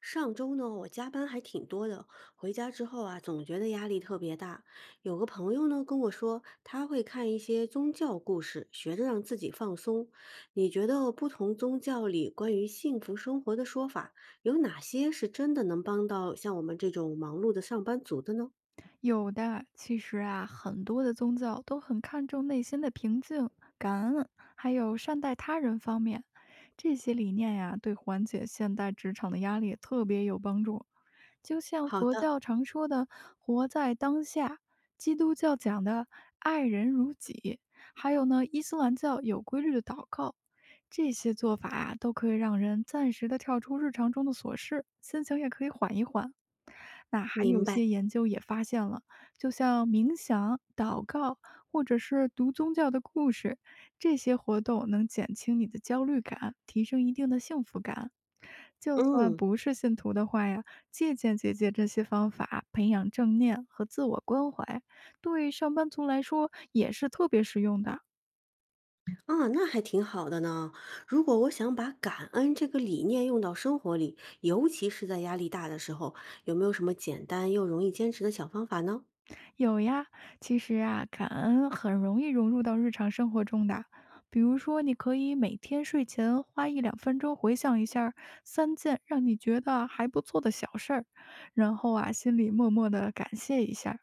上周呢，我加班还挺多的，回家之后啊，总觉得压力特别大。有个朋友呢跟我说，他会看一些宗教故事，学着让自己放松。你觉得不同宗教里关于幸福生活的说法，有哪些是真的能帮到像我们这种忙碌的上班族的呢？有的，其实啊，很多的宗教都很看重内心的平静、感恩，还有善待他人方面。这些理念呀，对缓解现代职场的压力特别有帮助。就像好佛的，教常说的"活在当下"，基督教讲的"爱人如己"，还有呢，伊斯兰教有规律的祷告，这些做法啊，都可以让人暂时的跳出日常中的琐事，心情也可以缓一缓。那还明有白。些研究也发现了，就像冥想、祷告，或者是读宗教的故事，这些活动能减轻你的焦虑感，提升一定的幸福感。就算嗯。不是信徒的话呀，借鉴借鉴这些方法，培养正念和自我关怀，对上班族来说也是特别实用的。啊，那还挺好的呢。如果我想把感恩这个理念用到生活里，尤其是在压力大的时候，有没有什么简单又容易坚持的小方法呢？有呀，其实啊，感恩很容易融入到日常生活中的。比如说，你可以每天睡前花一两分钟回想一下儿3件让你觉得还不错的小事儿，然后啊，心里默默的感谢一下儿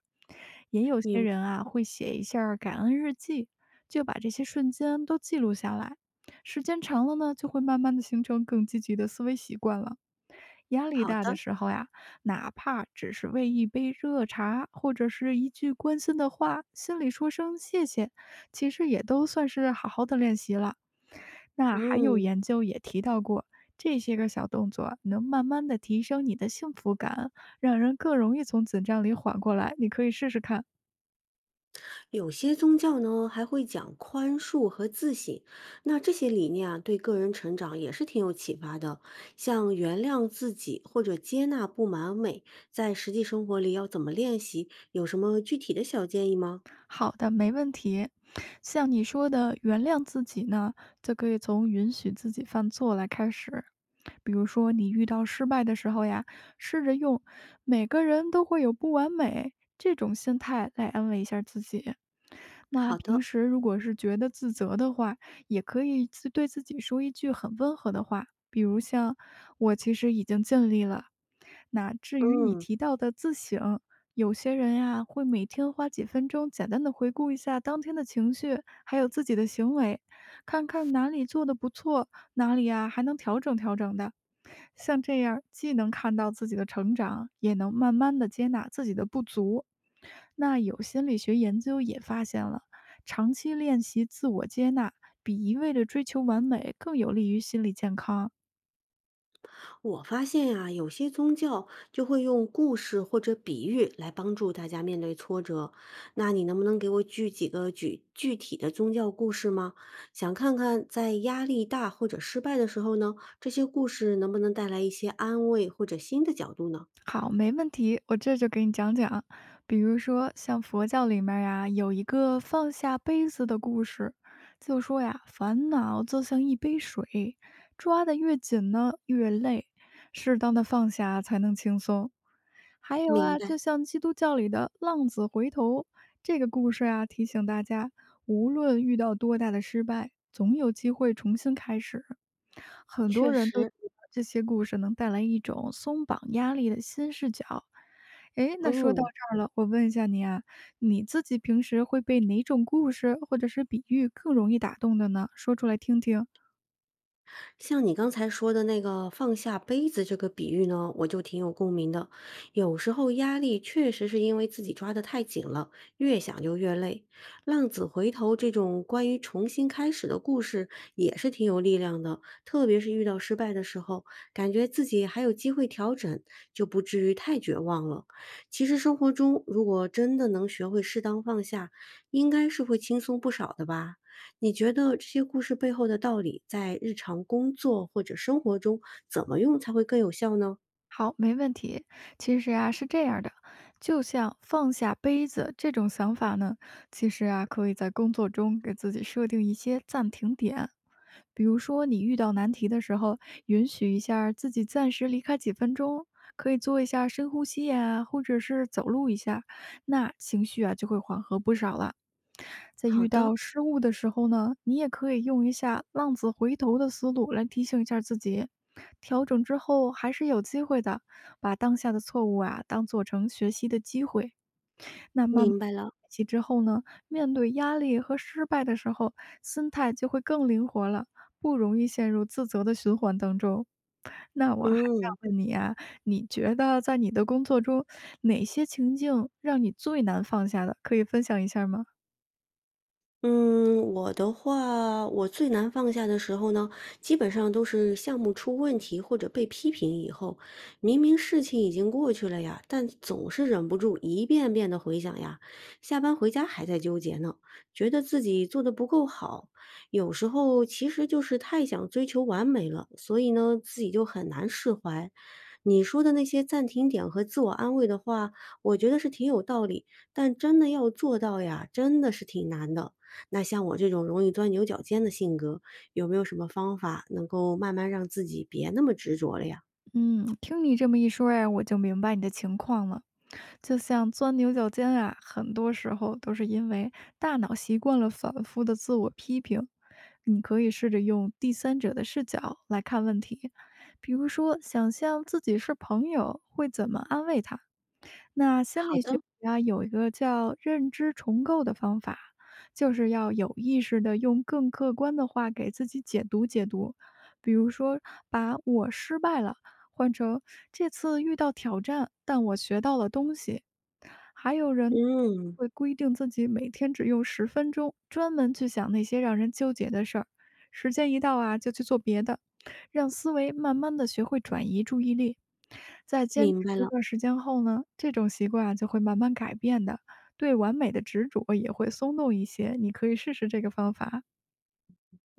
也有些人啊，会写一下儿感恩日记，就把这些瞬间都记录下来。时间长了呢，就会慢慢的形成更积极的思维习惯了。压力好大的的，时候呀，哪怕只是为一杯热茶或者是一句关心的话，心里说声谢谢，其实也都算是好好的练习了。那还有嗯，研究也提到过，这些个小动作能慢慢的提升你的幸福感，让人更容易从紧张里缓过来。你可以试试看。有些宗教呢还会讲宽恕和自省，那这些理念啊对个人成长也是挺有启发的。像原谅自己或者接纳不完美，在实际生活里要怎么练习？有什么具体的小建议吗？好的，没问题。像你说的，原谅自己呢，就可以从允许自己犯错来开始。比如说，你遇到失败的时候呀，试着用"每个人都会有不完美"这种心态来安慰一下自己。那好平的，时如果是觉得自责的话，也可以自对自己说一句很温和的话，比如像"我其实已经尽力了"。那至于你嗯。提到的自省，有些人呀，会每天花几分钟简单的回顾一下当天的情绪，还有自己的行为，看看哪里做的不错，哪里呀还能调整调整的。像这样，既能看到自己的成长，也能慢慢的接纳自己的不足。那有心理学研究也发现了，长期练习自我接纳，比一味的追求完美更有利于心理健康。我发现呀、有些宗教就会用故事或者比喻来帮助大家面对挫折。那你能不能给我举几个举具体的宗教故事吗？想看看在压力大或者失败的时候呢，这些故事能不能带来一些安慰或者新的角度呢？好，没问题，我这就给你讲讲。比如说，像佛教里面呀，有一个放下杯子的故事，就说呀，烦恼就像一杯水，抓的越紧呢，越累，适当的放下才能轻松。还有明啊，白，就像基督教里的浪子回头这个故事啊，提醒大家，无论遇到多大的失败，总有机会重新开始。很确多人都觉实，得这些故事能带来一种松绑压力的新视角。诶，那说到嗯。这儿了，我问一下你啊，你自己平时会被哪种故事或者是比喻更容易打动的呢？说出来听听。像你刚才说的那个放下杯子这个比喻呢，我就挺有共鸣的。有时候压力确实是因为自己抓得太紧了，越想就越累。浪子回头这种关于重新开始的故事也是挺有力量的，特别是遇到失败的时候，感觉自己还有机会调整，就不至于太绝望了。其实生活中如果真的能学会适当放下，应该是会轻松不少的吧。你觉得这些故事背后的道理，在日常工作或者生活中，怎么用才会更有效呢？好，没问题。其实啊，是这样的，就像放下杯子这种想法呢，其实啊，可以在工作中给自己设定一些暂停点，比如说你遇到难题的时候，允许一下儿自己暂时离开几分钟，可以做一下深呼吸呀、或者是走路一下，那情绪啊就会缓和不少了。在好遇的，到失误的时候呢，你也可以用一下浪子回头的思路来提醒一下自己，调整之后还是有机会的，把当下的错误啊当做成学习的机会。那慢慢明白了。练习之后呢，面对压力和失败的时候，心态就会更灵活了，不容易陷入自责的循环当中。那我还想嗯。问你啊，你觉得在你的工作中，哪些情境让你最难放下的？可以分享一下吗？嗯，我的话，我最难放下的时候呢，基本上都是项目出问题或者被批评以后，明明事情已经过去了呀，但总是忍不住一遍遍的回想呀，下班回家还在纠结呢，觉得自己做的不够好，有时候其实就是太想追求完美了，所以呢，自己就很难释怀。你说的那些暂停点和自我安慰的话，我觉得是挺有道理，但真的要做到呀，真的是挺难的。那像我这种容易钻牛角尖的性格，有没有什么方法能够慢慢让自己别那么执着了呀？嗯，听你这么一说呀，我就明白你的情况了。就像钻牛角尖啊，很多时候都是因为大脑习惯了反复的自我批评。你可以试着用第三者的视角来看问题，比如说想象自己是朋友，会怎么安慰他。那心好理学的，家有一个叫认知重构的方法，就是要有意识的用更客观的话给自己解读解读，比如说把"我失败了"换成"这次遇到挑战，但我学到了东西"。还有人嗯，会规定自己每天只用10分钟，专门去想那些让人纠结的事儿，时间一到啊就去做别的，让思维慢慢的学会转移注意力。在坚持明白一了。段时间后呢，这种习惯啊就会慢慢改变的，对完美的执着也会松动一些。你可以试试这个方法。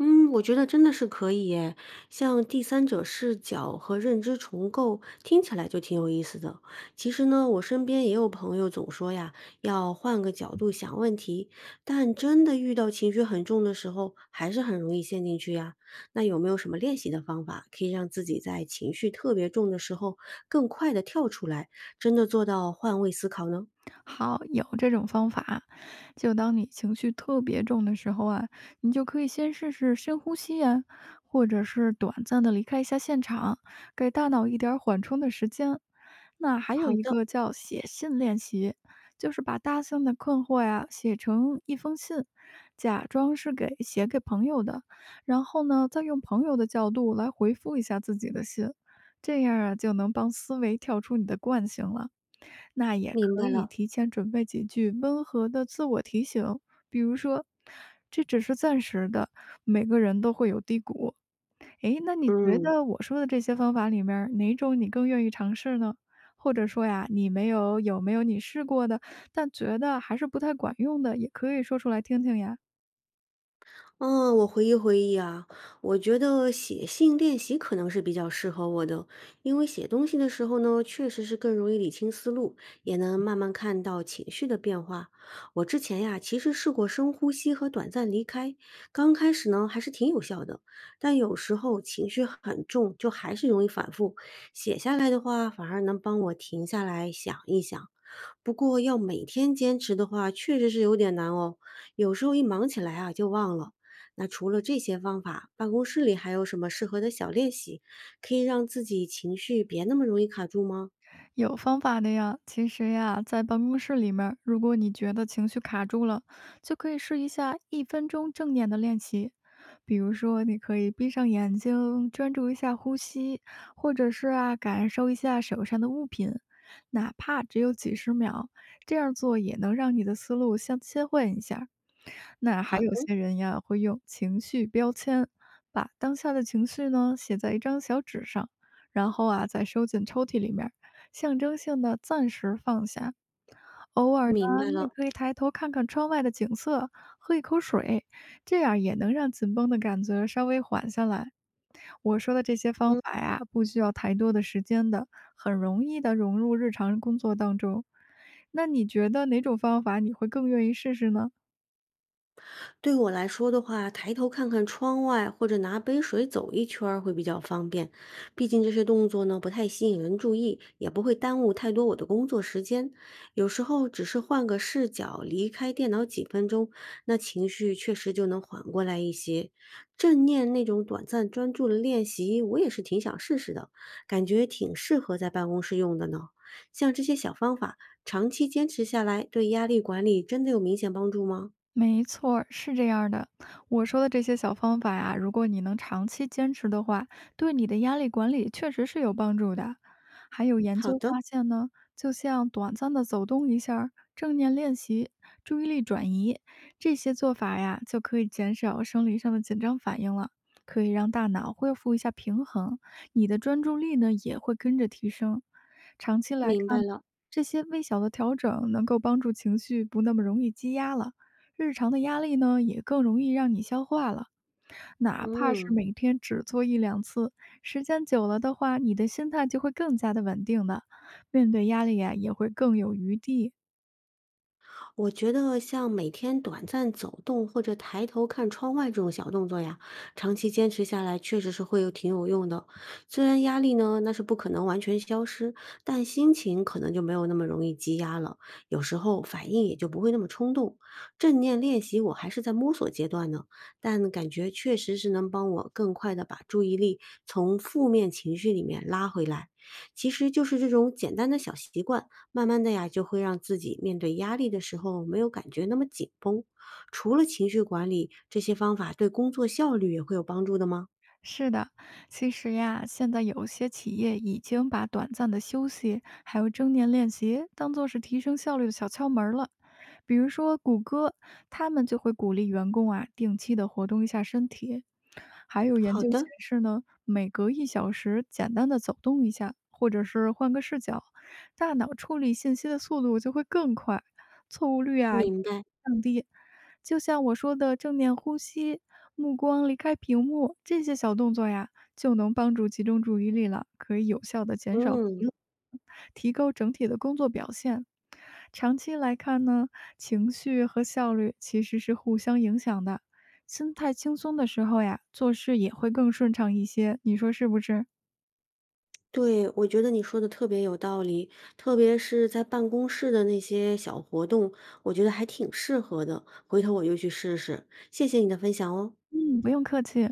嗯，我觉得真的是可以耶，像第三者视角和认知重构，听起来就挺有意思的。其实呢，我身边也有朋友总说呀，要换个角度想问题，但真的遇到情绪很重的时候，还是很容易陷进去呀。那有没有什么练习的方法，可以让自己在情绪特别重的时候更快的跳出来，真的做到换位思考呢？好，有这种方法。就当你情绪特别重的时候啊，你就可以先试试深呼吸呀、或者是短暂的离开一下现场，给大脑一点儿缓冲的时间。那还有好一的，个叫写信练习，就是把大象的困惑呀、写成一封信，假装是给写给朋友的，然后呢，再用朋友的角度来回复一下自己的信，这样啊就能帮思维跳出你的惯性了。那也明可白以了。提前准备几句温和的自我提醒，比如说，这只是暂时的，每个人都会有低谷。诶，那你觉嗯嗯。得我说的这些方法里面儿哪种你更愿意尝试呢？或者说呀，你没有有没有你试过的，但觉得还是不太管用的，也可以说出来听听呀。嗯，我回忆回忆啊，我觉得写信练习可能是比较适合我的，因为写东西的时候呢，确实是更容易理清思路，也能慢慢看到情绪的变化。我之前呀，其实试过深呼吸和短暂离开，刚开始呢还是挺有效的，但有时候情绪很重，就还是容易反复。写下来的话，反而能帮我停下来想一想。不过要每天坚持的话，确实是有点难哦。有时候一忙起来啊，就忘了。那除了这些方法，办公室里还有什么适合的小练习，可以让自己情绪别那么容易卡住吗？有方法的呀，其实呀，在办公室里面儿如果你觉得情绪卡住了，就可以试一下1分钟正念的练习。比如说，你可以闭上眼睛，专注一下呼吸，或者是啊，感受一下手上的物品，哪怕只有几十秒，这样做也能让你的思路先切换一下。那还好的，有些人呀，会用情绪标签，把当下的情绪呢写在一张小纸上，然后啊再收进抽屉里面儿象征性的暂时放下。偶尔明呢，白你也了。可以抬头看看窗外的景色，喝一口水，这样也能让紧绷的感觉稍微缓下来。我说的这些方嗯。法呀，不需要太多的时间的，很容易的融入日常工作当中。那你觉得哪种方法你会更愿意试试呢？对我来说的话，抬头看看窗外，或者拿杯水走一圈儿会比较方便。毕竟这些动作呢，不太吸引人注意，也不会耽误太多我的工作时间。有时候只是换个视角，离开电脑几分钟，那情绪确实就能缓过来一些。正念那种短暂专注的练习，我也是挺想试试的，感觉挺适合在办公室用的呢。像这些小方法，长期坚持下来，对压力管理真的有明显帮助吗？没错儿，是这样儿的。我说的这些小方法呀，如果你能长期坚持的话，对你的压力管理确实是有帮助的。还有研好究的。发现呢，就像短暂的走动一下儿正念练习、注意力转移这些做法呀，就可以减少生理上的紧张反应了，可以让大脑恢复一下平衡，你的专注力呢也会跟着提升。长期来明白看，了，这些微小的调整能够帮助情绪不那么容易积压了。日常的压力呢，也更容易让你消化了。哪怕是嗯，每天只做一两次，时间久了的话，你的心态就会更加的稳定的，面对压力呀、也会更有余地。我觉得像每天短暂走动或者抬头看窗外这种小动作呀，长期坚持下来确实是会有挺有用的。虽然压力呢，那是不可能完全消失，但心情可能就没有那么容易积压了，有时候反应也就不会那么冲动。正念练习我还是在摸索阶段呢，但感觉确实是能帮我更快的把注意力从负面情绪里面拉回来。其实就是这种简单的小习惯。慢慢的呀，就会让自己面对压力的时候没有感觉那么紧绷。除了情绪管理，这些方法对工作效率也会有帮助的吗？是的，其实呀，现在有些企业已经把短暂的休息还有正念练习当做是提升效率的小窍门儿了。比如说谷歌，他们就会鼓励员工啊定期的活动一下身体。还有研好究显的，示呢，每隔1小时简单的走动一下，或者是换个视角，大脑处理信息的速度就会更快，错误率啊明白。降低。就像我说的正念呼吸、目光离开屏幕这些小动作呀，就能帮助集中注意力了，可以有效的减少疲嗯，劳，提高整体的工作表现。长期来看呢，情绪和效率其实是互相影响的。心态轻松的时候呀，做事也会更顺畅一些，你说是不是？对，我觉得你说的特别有道理，特别是在办公室的那些小活动，我觉得还挺适合的。回头我就去试试。谢谢你的分享哦。嗯，不用客气。